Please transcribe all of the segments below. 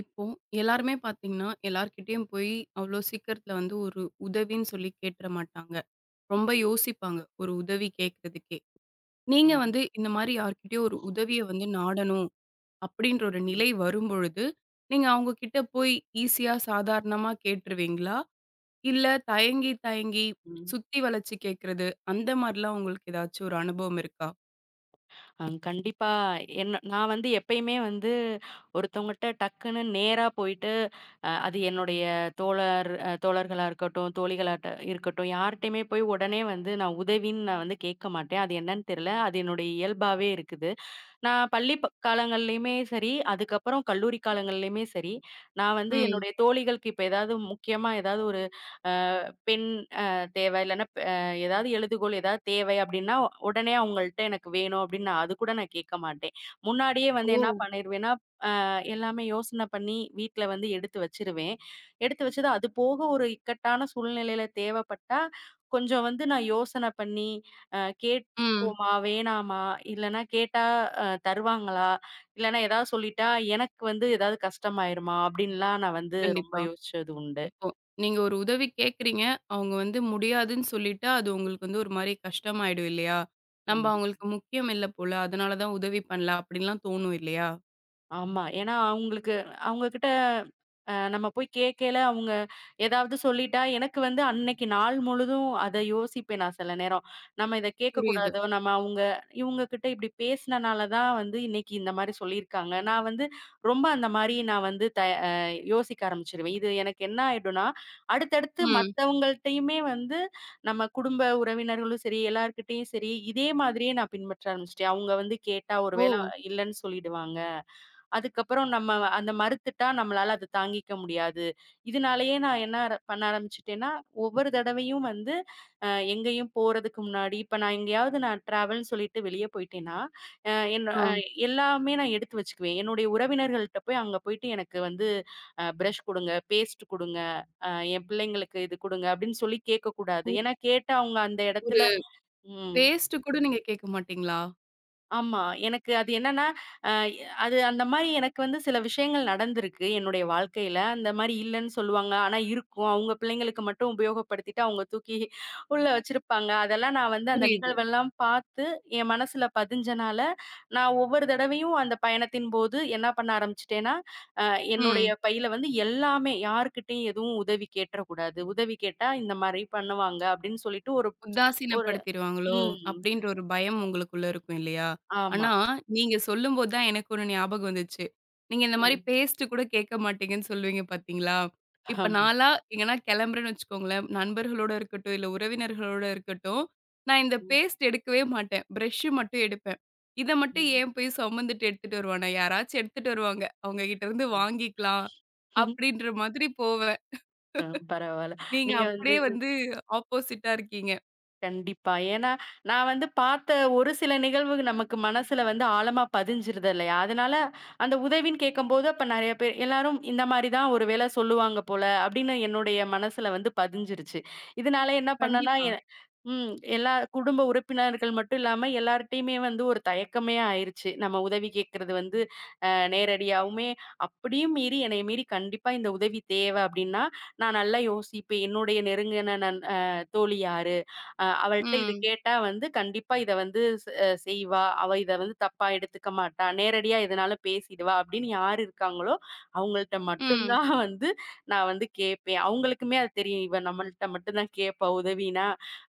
இப்போ எல்லாருமே பார்த்தீங்கன்னா, எல்லார்கிட்டயும் போய் அவ்ளோ சீக்கிரத்தில வந்து ஒரு உதவின்னு சொல்லி கேட்டுற மாட்டாங்க. ரொம்ப யோசிப்பாங்க, ஒரு உதவி கேட்கறதுக்கே. நீங்க ம், வந்து இந்த மாரி யார்கிட்டயோ ஒரு உதவிய வந்து நாடணும் அப்படின்ற ஒரு ம், நிலை வரும்பொழுது, நீங்க அவங்க கிட்ட போய் ஈஸியா சாதாரணமா கேட்டுருவீங்களா? இல்ல தயங்கி, தயங்கி ம். சுத்தி வளைச்சு கேட்கறது அந்த மாரிலாம் உங்களுக்கு ஏதாச்சும் ஒரு அனுபவம் இருக்கா? கண்டிப்பா. என்ன நான் வந்து எப்பயுமே வந்து ஒருத்தவங்கட்ட டக்குன்னு நேரா போயிட்டு, அது என்னுடைய தோழர்களா இருக்கட்டும், தோழிகளாட்ட இருக்கட்டும், யார்ட்டயுமே போய் உடனே வந்து நான் உதவின்னு நான் வந்து கேட்க மாட்டேன். அது என்னன்னு தெரியல. அது என்னுடைய இயல்பாவே இருக்குது. நான் பள்ளி காலங்கள்லயுமே சரி, அதுக்கப்புறம் கல்லூரி காலங்கள்லயுமே சரி, நான் வந்து ம். என்னுடைய தோழிகளுக்கு இப்ப ஏதாவது முக்கியமா ஏதாவது ஒரு அ பென் அ தேவை, இல்லன்னா ஏதாவது எழுதுகோல் ஏதாவது தேவை அப்படின்னா, உடனே அவங்கள்ட்ட எனக்கு வேணும் அப்படின்னு நான் அது கூட நான் கேட்க மாட்டேன். முன்னாடியே வந்து ஓ! என்ன பண்ணிருவேன்னா, எல்லாமே யோசனை பண்ணி வீட்ல வந்து எடுத்து வச்சிருவேன். எடுத்து வச்சது அது போக ஒரு இக்கட்டான சூழ்நிலையில தேவைப்பட்டா, கொஞ்சம் வந்து நான் யோசனை பண்ணி, அ ம். கேட்போமா? வேணாமா? இல்லன்னா கேட்டா தருவாங்களா? இல்லன்னா ஏதாவது சொல்லிட்டா எனக்கு வந்து ஏதாவது கஷ்டமாயிருமா? அப்படின்லாம் நான் வந்து ரொம்ப கண்டிப்பா. யோசிச்சது உண்டு. இப்போ நீங்க ஒரு உதவி கேட்குறீங்க. அவங்க வந்து முடியாதுன்னு சொல்லிட்டா, அது உங்களுக்கு வந்து ஒரு மாரி கஷ்டமாயிடும் இல்லையா? நம்ப கண்டிப்பா. அவங்களுக்கு முக்கியம் இல்ல போல. அதனால தான் உதவி பண்ணல அப்படின்லாம் தோணும் இல்லையா? ஆமா. ஏன்னா அவங்களுக்கு அவங்ககிட்ட நம்ம போய் கேட்கல அவங்க ஏதாவது சொல்லிட்டா, எனக்கு வந்து அன்னைக்கு நாள் முழுதும் அத யோசிப்பேன் நான் சில நேரம். நம்ம இத புரியுது. கேட்கக்கூடாதோ, நம்ம இவங்க கிட்ட இப்படி பேசினனால தான் வந்து இன்னைக்கு இந்த மாரி சொல்லியிருக்காங்க. நான் வந்து ரொம்ப அந்த மாரி நான் வந்து த அ யோசிக்க ஆரம்பிச்சுருவேன். இது எனக்கு என்ன ஆயிடும்னா, அடுத்தடுத்து ம். மத்தவங்கள்ட்டயுமே வந்து நம்ம குடும்ப உறவினர்களும் சரி, எல்லார்கிட்டயும் சரி, இதே மாதிரியே நான் பின்பற்ற ஆரம்பிச்சுட்டேன். அவங்க வந்து கேட்டா ஒரு ஓ! வேளை இல்லன்னு சொல்லிடுவாங்க. அதுக்கப்புறம் நம்ம அந்த மறுத்துட்டா நம்மளால அது தாங்கிக்க முடியாது. இதனாலேயே நான் என்ன பண்ண ஆரம்பிச்சுட்டேன்னா, ஒவ்வொரு தடவையும் வந்து அ எங்கேயும் போறதுக்கு முன்னாடி இப்ப நான் எங்கேயாவது நான் ட்ராவல்ன்னு சொல்லிட்டு வெளிய போயிட்டேன்னா, அ என்ன ஆ. அ எல்லாமே நான் எடுத்து வச்சுக்குவேன். என்னுடைய உறவினர்கள்ட்ட போய் அங்க போயிட்டு எனக்கு வந்து பிரஷ் குடுங்க, பேஸ்ட் குடுங்க, அ என் பிள்ளைங்களுக்கு இது குடுங்க அப்படின்னு சொல்லி கேட்கக்கூடாது. ஒ ஏன்னா கேட்டா அவங்க அந்த இடத்துல. ஒரு ம். பேஸ்ட் கூட நீங்க கேட்க மாட்டீங்களா? ஆமா. எனக்கு அது என்னன்னா, அ அது அந்த மாரி எனக்கு வந்து சில விஷயங்கள் நடந்திருக்கு, என்னுடைய வாழ்க்கையில. அந்த மாரி இல்லன்னு சொல்லுவாங்க. ஆனா இருக்கும். அவங்க பிள்ளைங்களுக்கு மட்டும் உபயோகப்படுத்திட்டு, அவங்க தூக்கி உள்ள வச்சிருப்பாங்க. அதெல்லாம் நான் வந்து அந்த புரியுது. நிகழ்வெல்லாம் பார்த்து, என் மனசுல பதிஞ்சனால, நான் ஒவ்வொரு தடவையும் அந்த பயணத்தின் போது என்ன பண்ண ஆரம்பிச்சுட்டேன்னா, அ என்னுடைய ம். பையில வந்து எல்லாமே, யார்கிட்டயும் எதுவும் உதவி கேட்றக்கூடாது. உதவி கேட்டா இந்த மாரி பண்ணுவாங்க, அப்படின்னு சொல்லிட்டு ஒரு ஒரு. உதாசீனப்படுத்திருவாங்களோ! ம். அப்பிடின்ற ஒரு பயம் உங்களுக்குள்ள இருக்கும் இல்லயா! ஆமா. ஆனா, நீங்க சொல்லும்போது தான் எனக்கு ஒன்னு ஞாபகம் வந்துச்சு. நீங்க இந்தமாரி ம். பேஸ்ட்டு கூட கேட்க மாட்டீங்கன்னு சொல்லுவீங்க பார்த்தீங்களா! இப்ப ஆமா. நான்லாம் எங்கனா கிளம்புறேன்னு வச்சுக்கோங்களேன்! நண்பர்களோட இருக்கட்டும், இல்ல உறவினர்களோட இருக்கட்டும், நான் இந்த ம். பேஸ்ட் எடுக்கவே மாட்டேன். ப்ரஷ் மட்டும் எடுப்பேன். இத மட்டும் ம். ஏன் போய் சுமந்துட்டு எடுத்துட்டு வருவானா! யாராச்சும் எடுத்துட்டு வருவாங்க. அவுங்ககிட்ட இருந்து ம். வாங்கிக்கலாம். அப்பிடின்ற மாதிரி போவேன். பரவால்ல. நீங்க நீங்க வந்து அப்பிடியே வந்து ஆப்போசிட்டா இருக்கீங்க. கண்டிப்பா. ஏன்னா, நான் வந்து பார்த்த ஒரு சில நிகழ்வு நமக்கு மனசுல வந்து ஆழமா பதிஞ்சிருது இல்லையா? அதனால அந்த உதவின்னு கேட்கும்போது, அப்ப நெறைய பேர் எல்லாரும் இந்த மாரி தான் ஒரு வேள சொல்லுவாங்க போல அப்படின்னு என்னுடைய மனசுல வந்து பதிஞ்சிருச்சு. இதனால என்ன பண்ணேன்னா, கண்டிப்பா. எ ம் எல்லா குடும்ப உறுப்பினர்கள் மட்டும் இல்லாம எல்லார்ட்டயுமே வந்து ஒரு தயக்கமே ஆயிருச்சு. நம்ம உதவி கேட்கறது வந்து நேரடியாவுமே அப்படியும் மீறி என்னைய மீறி கண்டிப்பா இந்த உதவி தேவை அப்படின்னா, நான் நல்லா யோசிப்பேன். என்னுடைய நெருங்கின நண் அ தோழி யாரு? அவள்ட்ட இது ம். கேட்டா வந்து கண்டிப்பா இத வந்து செ செய்வா. அவ இத வந்து தப்பா எடுத்துக்க மாட்டா. நேரடியா எதுனாலும் பேசிடுவா அப்படின்னு யார் இருக்காங்களோ, அவங்கள்ட்ட மட்டும் ம். தான் வந்து நான் வந்து கேட்பேன். அவங்களுக்குமே அது தெரியும். இவ நம்மள்ட்ட மட்டும் தான் கேட்பா உதவினா.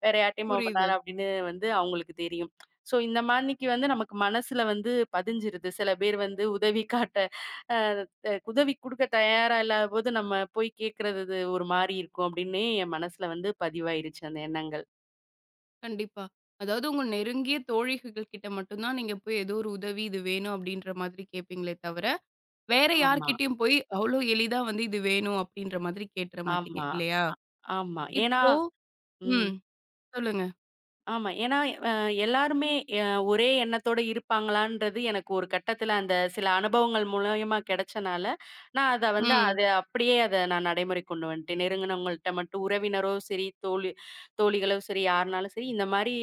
வேற யார்ட்டயும் போக புரியுது. மாட்டாளா அப்படின்னு வந்து அவங்களுக்கு தெரியும். ஸோ இந்த மாணிக்கு வந்து நமக்கு மனசுல வந்து பதிஞ்சிருது. சில பேர் வந்து உதவி காட்ட அ அ உதவி குடுக்க தயாரா இல்லாதபோது நம்ம போய் கேட்கறது ஒரு மாரி இருக்கும் அப்படின்னே என் மனசுல வந்து பதிவாயிருச்சு அந்த எண்ணங்கள். கண்டிப்பா. அதாவது உங்க நெருங்கிய தோழிகள் கிட்ட மட்டும் தான் நீங்க போய் ஏதோ ஒரு உதவி இது வேணும் அப்படின்ற மாதிரி கேட்பீங்களே தவிர, வேற ஆமா, யார்கிட்டயும் போய் அவ்ளோ எளிதா வந்து இது வேணும் அப்படின்ற மாதிரி கேட்டுற மாட்டீங்க ஆமா, இல்லையா? ஆமா. ஏன்னா. இப்போ ம். ம். சொல்லுங்க. ஆமா. ஏன்னா அ எல்லாருமே அ ஒரே எண்ணத்தோட இருப்பாங்களான்றது எனக்கு ஒரு கட்டத்தில அந்த சில அனுபவங்கள் மூலியமா கிடைச்சனால, நான் அத வந்து ம். அத அப்படியே அத நான் நடைமுறைக்கு கொண்டு வந்துட்டேன். நெருங்குனவங்கள்ட்ட மட்டும் உறவினரோ சரி, தோழிகளோ சரி, யாருனாலும் சரி, இந்த மாரி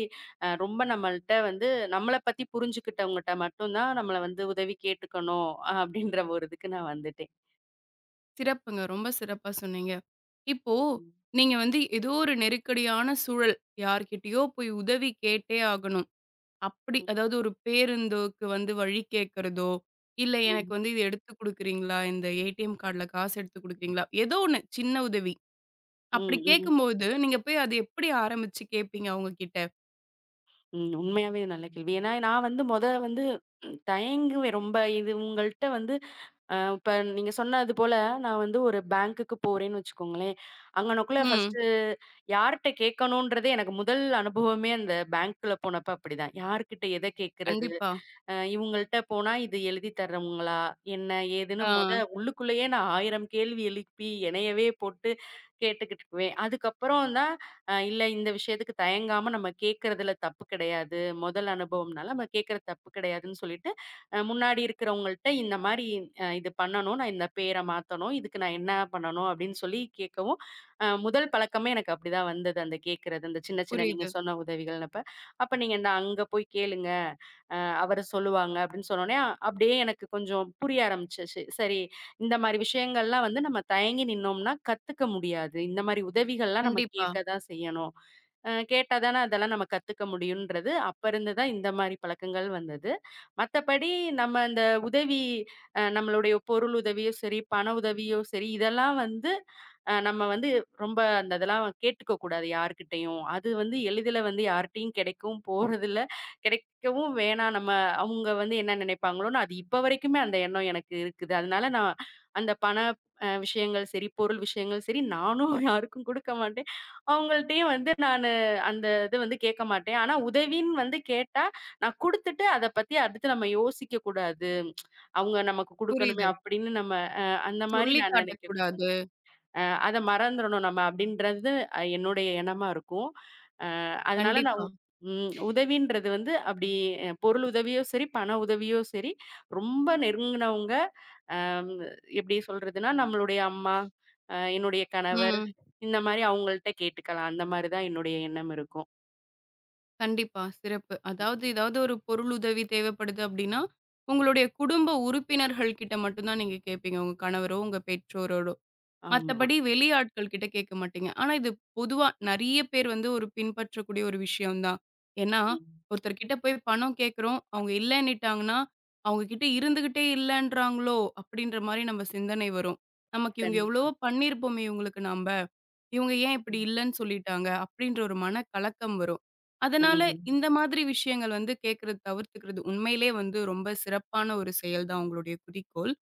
ரொம்ப நம்மள்ட்ட வந்து நம்மள பத்தி புரிஞ்சுக்கிட்டவங்கட்ட மட்டும் தான் நம்மள வந்து உதவி கேட்டுக்கணும், அப்படின்ற ஒரு இதுக்கு நான் வந்துட்டேன். சிறப்புங்க. ரொம்ப சிறப்பா சொன்னீங்க. இப்போ ம். நீங்க வந்து ஏதோ ஒரு நெருக்கடியான சூழல் யார்கிட்டயோ போய் உதவி கேட்டே ஆகணும். அப்படி ம். அதாவது ஒரு பேருந்துக்கு வந்து வழி கேட்கறதோ, இல்ல ம். எனக்கு வந்து இது எடுத்து குடுக்குறீங்களா? இந்த ஏடிஎம் கார்டுல காசு எடுத்து குடுக்குறீங்களா? ஏதோ ஒண்ணு சின்ன உதவி. அப்படி ம். ம். கேட்கும்போது, நீங்க போய் அது எப்படி ஆரம்பிச்சு கேட்பீங்க அவங்ககிட்ட? ம். உண்மையாவே நல்ல கேள்வி. ஏன்னா நான் வந்து மொத வந்து தயங்குவேன் ரொம்ப. இது உங்கள்ட்ட வந்து இப்ப நீங்க சொன்னது போல நான் வந்து ஒரு பேங்க்குக்கு போறேன்னு வச்சுக்கோங்களேன். அங்கனக்குள்ள ம். ஃபர்ஸ்ட்டு யார்ட்ட கேட்கணுன்றதே எனக்கு முதல் அனுபவமே அந்த பேங்க்குல போனப்ப அப்படிதான். யார்கிட்ட எத கேட்கறது? கண்டிப்பா. இவங்கள்ட்ட போனா இது எழுதி தர்றவங்களா? என்ன? ஏதுன்னு ஆ. மொத உள்ளுக்குள்ளேயே நான் 1000 கேள்வி எழுப்பி என்னையவே போட்டு கேட்டுக்கிட்டுருக்குவேன். அதுக்கப்புறம் தான் இல்ல இந்த விஷயத்துக்கு தயங்காம நம்ம கேட்கறதுல தப்பு கிடையாது. முதல் அனுபவம்னால நம்ம கேட்கறது தப்பு கிடையாதுன்னு சொல்லிட்டு, முன்னாடி இருக்கிறவங்கள்ட்ட இந்த மாரி இது பண்ணணும். நான் இந்த பேர மாத்தணும். இதுக்கு நான் என்ன பண்ணணும்? அப்படின்னு சொல்லி கேட்கவும், முதல் பழக்கமே எனக்கு அப்படிதான் வந்தது. அந்த கேட்கறது. அந்த சின்ன சின்ன நீங்க புரியுது. சொன்ன உதவிகள்னப்ப. அப்ப அப்ப நீங்க இந்த அங்க போய் கேளுங்க. அ அவரு சொல்லுவாங்க அப்படின்னு சொன்னோனே, அப்படியே எனக்கு கொஞ்சம் புரிய ஆரம்பிச்சுச்சு. சரி, இந்த மாரி விஷயங்கள்லாம் வந்து நம்ம தயங்கி நின்னோம்னா கத்துக்க முடியாது. இந்த மாரி உதவிகள்லாம் நம்ம கண்டிப்பா. கேட்க தான் செய்யணும். கேட்டா தானே அதெல்லாம் நம்ம கத்துக்க முடியுன்றது, அப்ப இருந்து தான் இந்த மாரி பழக்கங்கள் வந்தது. மத்தபடி நம்ம அந்த உதவி நம்மளுடைய பொருள் உதவியோ சரி, பண உதவியோ சரி, இதெல்லாம் வந்து நம்ம வந்து ரொம்ப அந்த இதெல்லாம் கேட்டுக்க கூடாது யார்கிட்டயும். அது வந்து எளிதில வந்து யார்ட்டயும் கிடைக்கவும் போறதில்ல. கிடைக்கவும் வேணாம். நம்ம அவங்க வந்து என்ன நினைப்பாங்களோன்னு, அது இப்ப வரைக்குமே அந்த எண்ணம் எனக்கு இருக்குது. அதனால நான் அந்த பண விஷயங்கள் சரி, பொருள் விஷயங்கள் சரி, நானும் யாருக்கும் குடுக்க மாட்டேன். அவங்கள்ட்டயும் வந்து நானு அந்த இது வந்து கேட்க மாட்டேன். ஆனா உதவின்னு வந்து கேட்டா, நான் குடுத்துட்டு அத பத்தி அடுத்து நம்ம யோசிக்க கூடாது. அவங்க நமக்கு குடுக்கணுமே புரியுது. அப்படின்னு நம்ம அ அந்த மாரி சொல்லி நான் நினைக்கக்கூடாது. காட்டக்கூடாது. அ அத மறந்துறணும் நம்ம அப்படின்றது என்னுடைய எண்ணமா இருக்கும். அதனால நான் கண்டிப்பா. உ ம் உதவின்றது வந்து அப்படி பொருள் உதவியோ சரி, பண உதவியோ சரி, ரொம்ப நெருங்குனவங்க ம், எப்படி சொல்றதுன்னா, நம்மளுடைய அம்மா, என்னுடைய கணவர், ம். இந்த மாரி அவங்கள்ட்ட கேட்டுக்கலாம். அந்த மாரி தான் என்னுடைய எண்ணம் இருக்கும். கண்டிப்பா. சிறப்பு. அதாவது ம். ஏதாவது ஒரு பொருள் உதவி தேவைப்படுது அப்படின்னா, உங்களுடைய குடும்ப உறுப்பினர்கள் கிட்ட மட்டும் தான் நீங்க கேட்பீங்க. உங்க கணவரோ, உங்க பெற்றோரோடோ. ஆமா. மத்தபடி வெளி ஆட்கள் கிட்ட கேட்க மாட்டீங்க. ஆனா இது பொதுவா நெறைய பேர் வந்து ஒரு பின்பற்றக்கூடிய ஒரு விஷயம் தான். ஏன்னா, ம். ஒருத்தர்கிட்ட போய் பணம் கேட்கிறோம். அவங்க இல்லன்னிட்டாங்கன்னா, அவங்க கிட்ட இருந்துகிட்டே இல்லன்றாங்களோ! அப்பிடின்ற மாரி நம்ம சிந்தனை வரும். நமக்கு இவங்க கண்டிப்பா. எவ்வளவோ பண்ணியிருப்போமே! இவங்களுக்கு நம்ப. இவங்க ஏன் இப்பிடி ம். இல்லன்னு சொல்லிட்டாங்க. அப்பிடின்ற ஒரு மனக்கலக்கம் வரும். அதனால ம். இந்த மாதிரி விஷயங்கள் வந்து கேட்கிறது தவிர்த்துக்கிறது உண்மையிலே வந்து ரொம்ப சிறப்பான ஒரு செயல் தான் உங்களுடைய குறிக்கோள்.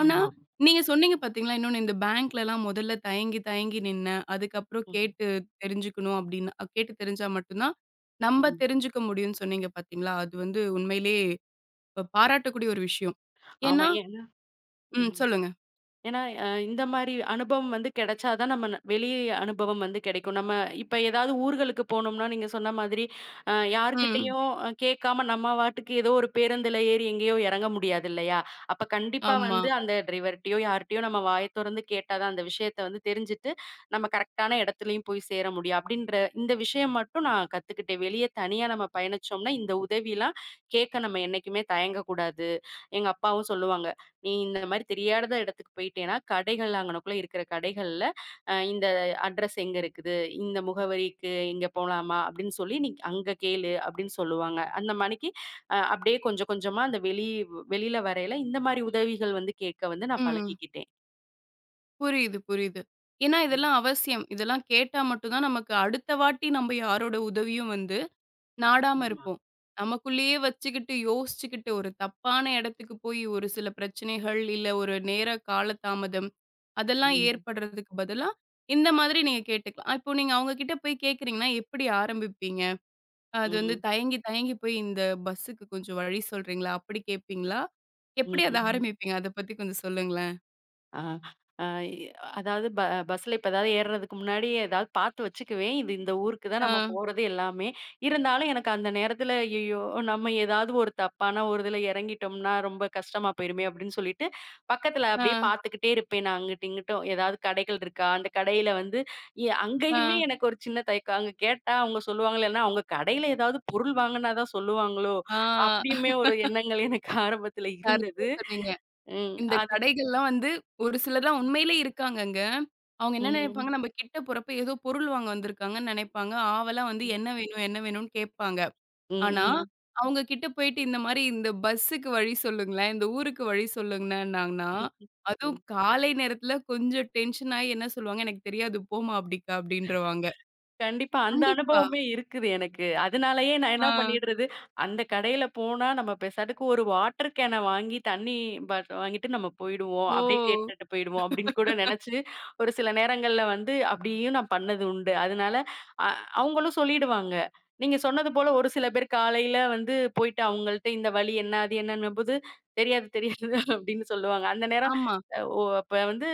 ஆனா, ஆமா. நீங்க சொன்னீங்க பாத்தீங்களா, இன்னொன்னு இந்த பேங்க்லலாம் முதல்ல தயங்கி, தயங்கி நின்னேன். அதுக்கப்புறம் ம். கேட்டு தெரிஞ்சுக்கணும் அப்டின்னு கேட்டு தெரிஞ்சா மட்டும் தான், நம்ப ம். தெரிஞ்சுக்க முடியும்னு சொன்னீங்க பாத்தீங்களா? அது வந்து உண்மையிலேயே பாராட்டக்கூடிய ஒரு விஷயம். ஆமா. ஏன்னா ஏன்னா. ம். ம். சொல்லுங்க. ஏன்னா, இந்த மாரி அனுபவம் வந்து கிடைச்சா தான் நம்ம வெளி அனுபவம் வந்து கிடைக்கும். நம்ம இப்ப ஏதாவது ஊர்களுக்கு போனோம்னா, நீங்க சொன்ன மாதிரி, ம். யார்கிட்டயும் கேட்காம நம்ம வாட்டுக்கு ஏதோ ஒரு பேருந்துல ஏறி எங்கேயோ இறங்க முடியாது இல்லையா? அப்ப கண்டிப்பா ஆமா. வந்து அந்த டிரைவர்ட்டயோ, யார்ட்டயோ நம்ம வாய தொறந்து கேட்டா தான் அந்த விஷயத்த வந்து தெரிஞ்சுட்டு, நம்ம கரெக்ட்டான இடத்துலயும் போய் சேர முடியும். அப்படின்ற இந்த விஷயம் மட்டும் நான் கத்துக்கிட்டேன். வெளிய தனியா நம்ம பயணிச்சோம்னா, இந்த உதவிலாம் கேட்க நம்ம என்னைக்குமே தயங்கக்கூடாது. எங்க அப்பாவும் சொல்லுவாங்க. நீ இந்த மாரி தெரியாத இடத்துக்கு போயிட்டேன்னா, கடைகள் அங்கனக்குள்ள இருக்கிற கடைகள்ல, இந்த அட்ரஸ் எங்க இருக்குது? இந்த முகவரிக்கு இங்க போலாமா? அப்படின்னு சொல்லி நீ அங்க கேளு அப்படின்னு சொல்லுவாங்க. அந்த மாணிக்கு அப்படியே கொஞ்சம் கொஞ்சமா அந்த வெளியில வரையில இந்த மாரி உதவிகள் வந்து கேட்க வந்து நான் ம். பழகிக்கிட்டேன். புரியுது, புரியுது. ஏன்னா ம். இதெல்லாம் அவசியம். இதெல்லாம் கேட்டா மட்டும் தான் நமக்கு அடுத்த வாட்டி நம்ம யாரோட உதவியும் வந்து நாடாம ஆமா. இருப்போம். நமக்குள்ளேயே வச்சுக்கிட்டு, யோசிச்சுக்கிட்டு, ஒரு தப்பான இடத்துக்கு போய் ஒரு சில பிரச்சனைகள், இல்ல ஒரு நேர காலதாமதம், அதெல்லாம் ம். ஏற்படுறதுக்கு பதிலா, இந்த மாதிரி நீங்க கேட்டுக்கலாம். இப்போ நீங்க அவங்க கிட்ட போய் கேட்குறீங்கன்னா, எப்படி ஆரம்பிப்பீங்க? அது வந்து ம். தயங்கி தயங்கி போய் இந்த பஸ்ஸுக்கு கொஞ்சம் வழி சொல்றீங்களா? அப்படி கேட்பீங்களா? ம். எப்படி அத ம். ஆரம்பிப்பீங்க? அத பத்தி கொஞ்சம் சொல்லுங்களேன். ஆ. ஆ இ அதாவது பஸ்ல இப்ப ஏதாவது ஏறுறதுக்கு முன்னாடி ஏதாவது பார்த்து வச்சுக்குவேன். இது இந்த ஊருக்கு தான் ஆ, நம்ம போறது எல்லாமே. இருந்தாலும் எனக்கு அந்த நேரத்துல ஐயய்யோ! நம்ம ஏதாவது ஒரு தப்பான ஒரு இதுல இறங்கிட்டோம்னா, ரொம்ப கஷ்டமா போயிருமே அப்படின்னு சொல்லிட்டு, பக்கத்துல அப்படியே ஆ, பார்த்துக்கிட்டே இருப்பேன். நான் அங்கிட்டும், இங்கிட்டும் ஏதாவது கடைகள் இருக்கா? அந்த கடையில வந்து ஆ, அங்கேயுமே எனக்கு ஒரு சின்ன தயக்கம். அங்க கேட்டா அவங்க சொல்லுவாங்களோ இல்லன்னா, அவங்க கடையில ஏதாவது பொருள் வாங்குனா தான் சொல்லுவாங்களோ? ஆ. அப்படியுமே ஒரு எண்ணங்கள் எனக்கு ஆரம்பத்துல கரெக்ட்டா இருந்தது. சொன்னீங்க. ம். இந்த அது. கடைகள்லாம் வந்து ஒரு சிலர்லாம் உண்மையிலே இருக்காங்கங்க. அவங்க என்ன நினைப்பாங்க, ம். நம்ம கிட்ட போறப்ப ஏதோ பொருள் வாங்க வந்திருக்காங்கன்னு நினைப்பாங்க. ஆவலா வந்து ம். என்ன வேணும், என்ன வேணும்னு கேட்பாங்க. ஆனா, Mhm. அவங்க கிட்ட போயிட்டு இந்த மாரி இந்த பஸ்ஸுக்கு வழி சொல்லுங்களேன், இந்த ஊருக்கு வழி சொல்லுங்கன்னாங்கன்னா, அதுவும் காலை நேரத்துல கொஞ்சம் டென்ஷன் ஆயி என்ன சொல்லுவாங்க, "எனக்கு தெரியாது போம்மா அப்டிக்கா" அப்டின்றவாங்க. கண்டிப்பா. அந்த கண்டிப்பா. அனுபவமே இருக்குது எனக்கு. அதனாலயே நான் என்ன ஆ. பண்ணிடுறது, அந்த கடையில போனா நம்ம பெசாட்டுக்கு ஒரு வாட்டர் கேன வாங்கி தண்ணி பாட்டில் வாங்கிட்டு நம்ம போயிடுவோம். ஓ! அப்படியே கேட்டுட்டு போயிடுவோம் அப்படின்னு கூட நெனச்சு, ஒரு சில நேரங்கள்ல வந்து அப்படியும் நான் பண்ணது உண்டு. அதனால அ அவங்களும் சொல்லிடுவாங்க. நீங்க சொன்னது போல ஒரு சில பேர் காலையில வந்து போயிட்டு அவங்கள்ட்ட இந்த வழி என்ன, அது என்னன்னும்போது தெரியாது, தெரியாது அப்படின்னு சொல்லுவாங்க. அந்த நேரம் ஆமா. ஓ அப்ப வந்து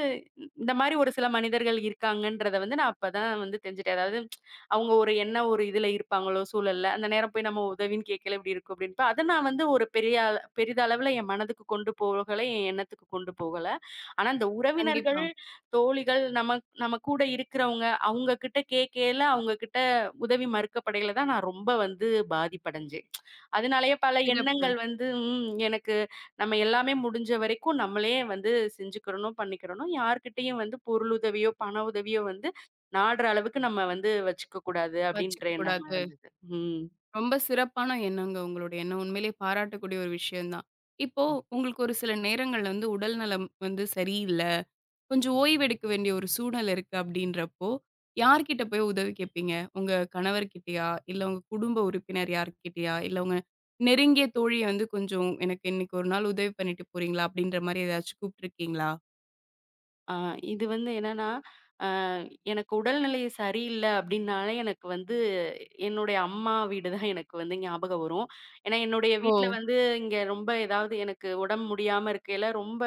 இந்த மாரி ஒரு சில மனிதர்கள் இருக்காங்கன்றத வந்து நான் அப்பதான் வந்து தெரிஞ்சுட்டேன். அதாவது அவங்க ஒரு என்ன ஒரு இதுல இருப்பாங்களோ சூழல்ல, அந்த நேரம் போய் நம்ம உதவின்னு கேட்கல இப்படி இருக்கும் அப்படின்ட்டு, அத நான் வந்து ஒரு பெரிய அள பெரிதளவுல என் மனதுக்கு கொண்டு போகல, என் எண்ணத்துக்கு கொண்டு போகல. ஆனா இந்த உறவினர்கள், கண்டிப்பா. தோழிகள், நம்ம நம்ம கூட இருக்கிறவங்க, அவங்க கிட்ட கேட்கையில, அவங்க கிட்ட உதவி மறுக்கப்படையில தான் நான் ரொம்ப வந்து பாதிப்படைஞ்சேன். அதனாலயே பல சிறப்பு. எண்ணங்கள் வந்து எனக்கு நம்ம எல்லாமே முடிஞ்ச வரைக்கும் நம்மளே வந்து செஞ்சுக்கிறணும், பண்ணிக்கிறணும். யார்கிட்டயும் வந்து பொருளுதவியோ, பண உதவியோ வந்து நாடுற அளவுக்கு நம்ம வந்து வச்சுக்க கூடாது அப்படின்ற வச்சுக்க எண்ணம் கூடாது. இருந்தது. ம். ரொம்ப சிறப்பான எண்ணங்க உங்களுடைய எண்ணம். உண்மையிலேயே பாராட்டக்கூடிய ஒரு விஷயம் தான். இப்போ உங்களுக்கு ஒரு சில நேரங்கள்ல வந்து உடல் நலம் வந்து சரியில்ல, கொஞ்சம் ஓய்வெடுக்க வேண்டிய ஒரு சூழல் இருக்கு அப்படின்றப்போ, யார்கிட்ட போய் உதவி கேட்பீங்க? உங்க கணவர்கிட்டயா? இல்ல உங்க குடும்ப உறுப்பினர் யார்கிட்டயா? இல்ல உங்க நெருங்கிய தோழிய வந்து கொஞ்சம் எனக்கு இன்னைக்கு ஒரு நாள் உதவி பண்ணிட்டு போறீங்களா? அப்படின்ற மாரி ஏதாச்சும் கூப்பிட்டுருக்கீங்களா? ஆ இது வந்து என்னன்னா, அ எனக்கு உடல்நிலை சரியில்ல அப்படின்னாலே எனக்கு வந்து என்னுடைய அம்மா வீடு தான் எனக்கு வந்து ஞாபகம் வரும். ஏன்னா என்னுடைய ஓ! வீட்ல வந்து இங்க ரொம்ப ஏதாவது எனக்கு உடம்பு முடியாம இருக்கையில, ரொம்ப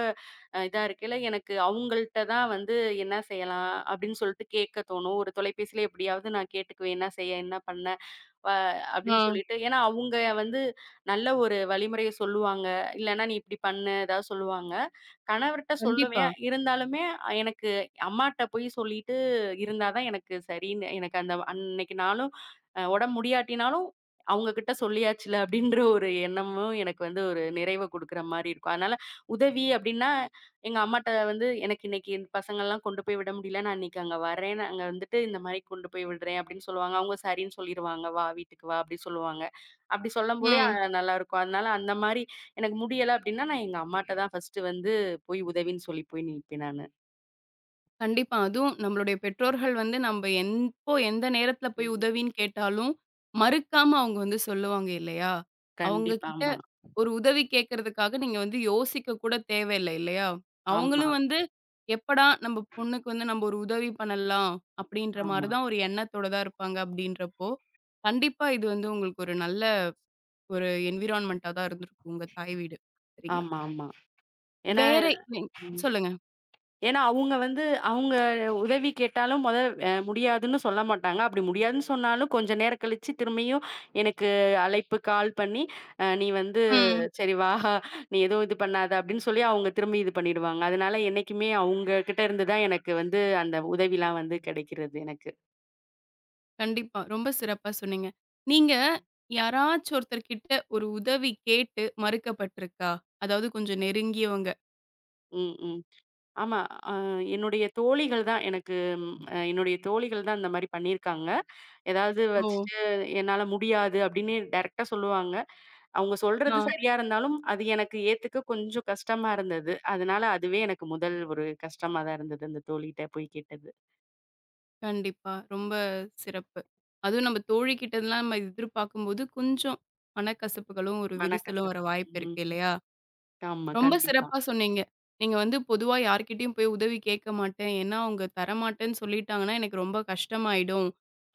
இதா இருக்கையில எனக்கு அவங்கள்ட்ட தான் வந்து என்ன செய்யலாம் அப்படின்னு சொல்லிட்டு கேட்க தோணும். ஒரு தொலைபேசியில எப்படியாவது நான் கேட்டுக்குவேன். என்ன செய்ய? என்ன பண்ண? வ ஆ. அப்படின்னு சொல்லிட்டு. ஏன்னா, அவங்க வந்து நல்ல ஒரு வழிமுறைய சொல்லுவாங்க. இல்லன்னா, "நீ இப்படி பண்ணு" ஏதாவது சொல்லுவாங்க. கணவர்ட்ட கண்டிப்பா. சொல்லுவேன். இருந்தாலுமே எனக்கு அம்மாட்ட போய் சொல்லிட்டு இருந்தா தான் எனக்கு சரின்னு எனக்கு அந்த அன்னைக்கு நாளும் உடம்பு முடியாட்டினாலும் அவங்க கிட்ட சொல்லியாச்சுல அப்படின்ற ஒரு எண்ணமும் எனக்கு வந்து ஒரு நிறைவ குடுக்குற மாரி இருக்கும். அதனால உதவி அப்படின்னா எங்க அம்மாட்ட வந்து, "எனக்கு இன்னைக்கு இந்த பசங்கள்லாம் கொண்டு போய் விட முடியல. நான் இன்னைக்கு அங்க வரேன். அங்க வந்துட்டு இந்த மாரி கொண்டு போய் விடுறேன்" அப்படின்னு சொல்லுவாங்க. அவங்க சரின்னு சொல்லிருவாங்க. "வா வீட்டுக்கு வா" அப்படி சொல்லுவாங்க. அப்படி சொல்லும்போதே ம். நல்லாருக்கும். அதனால அந்த மாரி எனக்கு முடியல அப்படின்னா, நான் எங்க அம்மாட்ட தான் ஃபர்ஸ்ட்டு வந்து போய் உதவின்னு சொல்லி போய் நிப்பேன் நானு. கண்டிப்பா. அதுவும் நம்மளுடைய பெற்றோர்கள் வந்து நம்ப எப்போ, எந்த நேரத்துல போய் ம். உதவின்னு கேட்டாலும், மறுக்காம அவங்க வந்து சொல்லுவாங்க இல்லையா? அவங்க கண்டிப்பா. கிட்ட ஆமா. ஒரு உதவி கேட்கறதுக்காக நீங்க வந்து யோசிக்க கூட தேவையில்ல இல்லையா? ஆமா, அவங்களும் வந்து எப்படா நம்ப பொண்ணுக்கு வந்து நம்ப ஒரு உதவி பண்ணலாம், அப்படின்ற ஆமா, மாரி தான் ஒரு எண்ணத்தோட தான் இருப்பாங்க அப்படின்றப்போ, கண்டிப்பா இது வந்து உங்களுக்கு ஒரு நல்ல ஒரு என்விரான்மென்ட்டா தான் இருந்திருக்கும் உங்க தாய் வீடு. சரிங்களா? ஆமா, ஆமா. ஏன்னா. வேற நீங் சொல்லுங்க. அவங்க வந்து அவங்க உதவி கேட்டாலும் மொத முடியாதுன்னு சொல்ல மாட்டாங்க. அப்படி முடியாதுன்னு சொன்னாலும் கொஞ்ச நேரம் கழிச்சு திரும்பியும் எனக்கு அழைப்பு கால் பண்ணி, "நீ வந்து ம். சரி வா, நீ எதுவும் இது பண்ணாத" அப்படின்னு சொல்லி அவங்க திரும்பி இது பண்ணிடுவாங்க. அதனால என்னைக்குமே அவங்க கிட்ட இருந்து தான் எனக்கு வந்து அந்த உதவிலாம் வந்து கிடைக்கிறது எனக்கு. கண்டிப்பா. ரொம்ப சிறப்பா சொன்னீங்க. நீங்க யாராச்சும் ஒருத்தர்கிட்ட ஒரு உதவி கேட்டு மறுக்கப்பட்டிருக்கா? அதாவது கொஞ்சம் நெருங்கியவங்க. ம், ம். ஆமா. அ என்னுடைய தோழிகள் தான் எனக்கு அ என்னுடைய தோழிகள் தான் இந்த மாரி பண்ணியிருக்காங்க. ஏதாவது ஓ! வச்சுட்டு என்னால முடியாது அப்படின்னு டைரக்ட்டா சொல்லுவாங்க. அவங்க ஆ சொல்றது சரியா இருந்தாலும், அது எனக்கு ஏத்துக்க கொஞ்சம் கஷ்டமா இருந்தது. அதனால அதுவே எனக்கு முதல் ஒரு கஷ்டமா தான் இருந்தது. அந்த தோழிட்ட போய் கேட்டது. கண்டிப்பா. ரொம்ப சிறப்பு. அதுவும் நம்ம தோழி கிட்டலாம் நம்ம எதிர்பார்க்கும்போது கொஞ்சம் மனக்கசப்புகளும், ஒரு விரிசலும் வர மனக்கசப்பு. வாய்ப்பு இருக்கு ம். இல்லையா? ஆமா. ரொம்ப கண்டிப்பா. சிறப்பா சொன்னீங்க. நீங்க வந்து பொதுவா யார்கிட்டயும் போய் உதவி கேட்க மாட்டேன். ஏன்னா, அவங்க தரமாட்டேன்னு சொல்லிட்டாங்கன்னா, எனக்கு ரொம்ப கஷ்டமாயிடும்.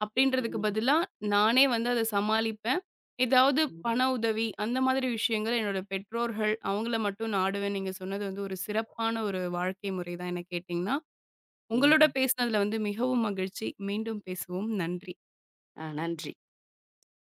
அப்படின்றதுக்கு ம். பதிலா, நானே வந்து அத சமாளிப்பேன். ஏதாவது ம். பண உதவி, அந்த மாதிரி விஷயங்கள் என்னோட பெற்றோர்கள், அவங்கள மட்டும் நாடுவேன். நீங்க சொன்னது வந்து ஒரு சிறப்பான ஒரு வாழ்க்கை முறை தான் என்ன கேட்டீங்கன்னா. உங்களோட ம். பேசினதுல வந்து மிகவும் மகிழ்ச்சி. மீண்டும் பேசுவோம். நன்றி. நன்றி.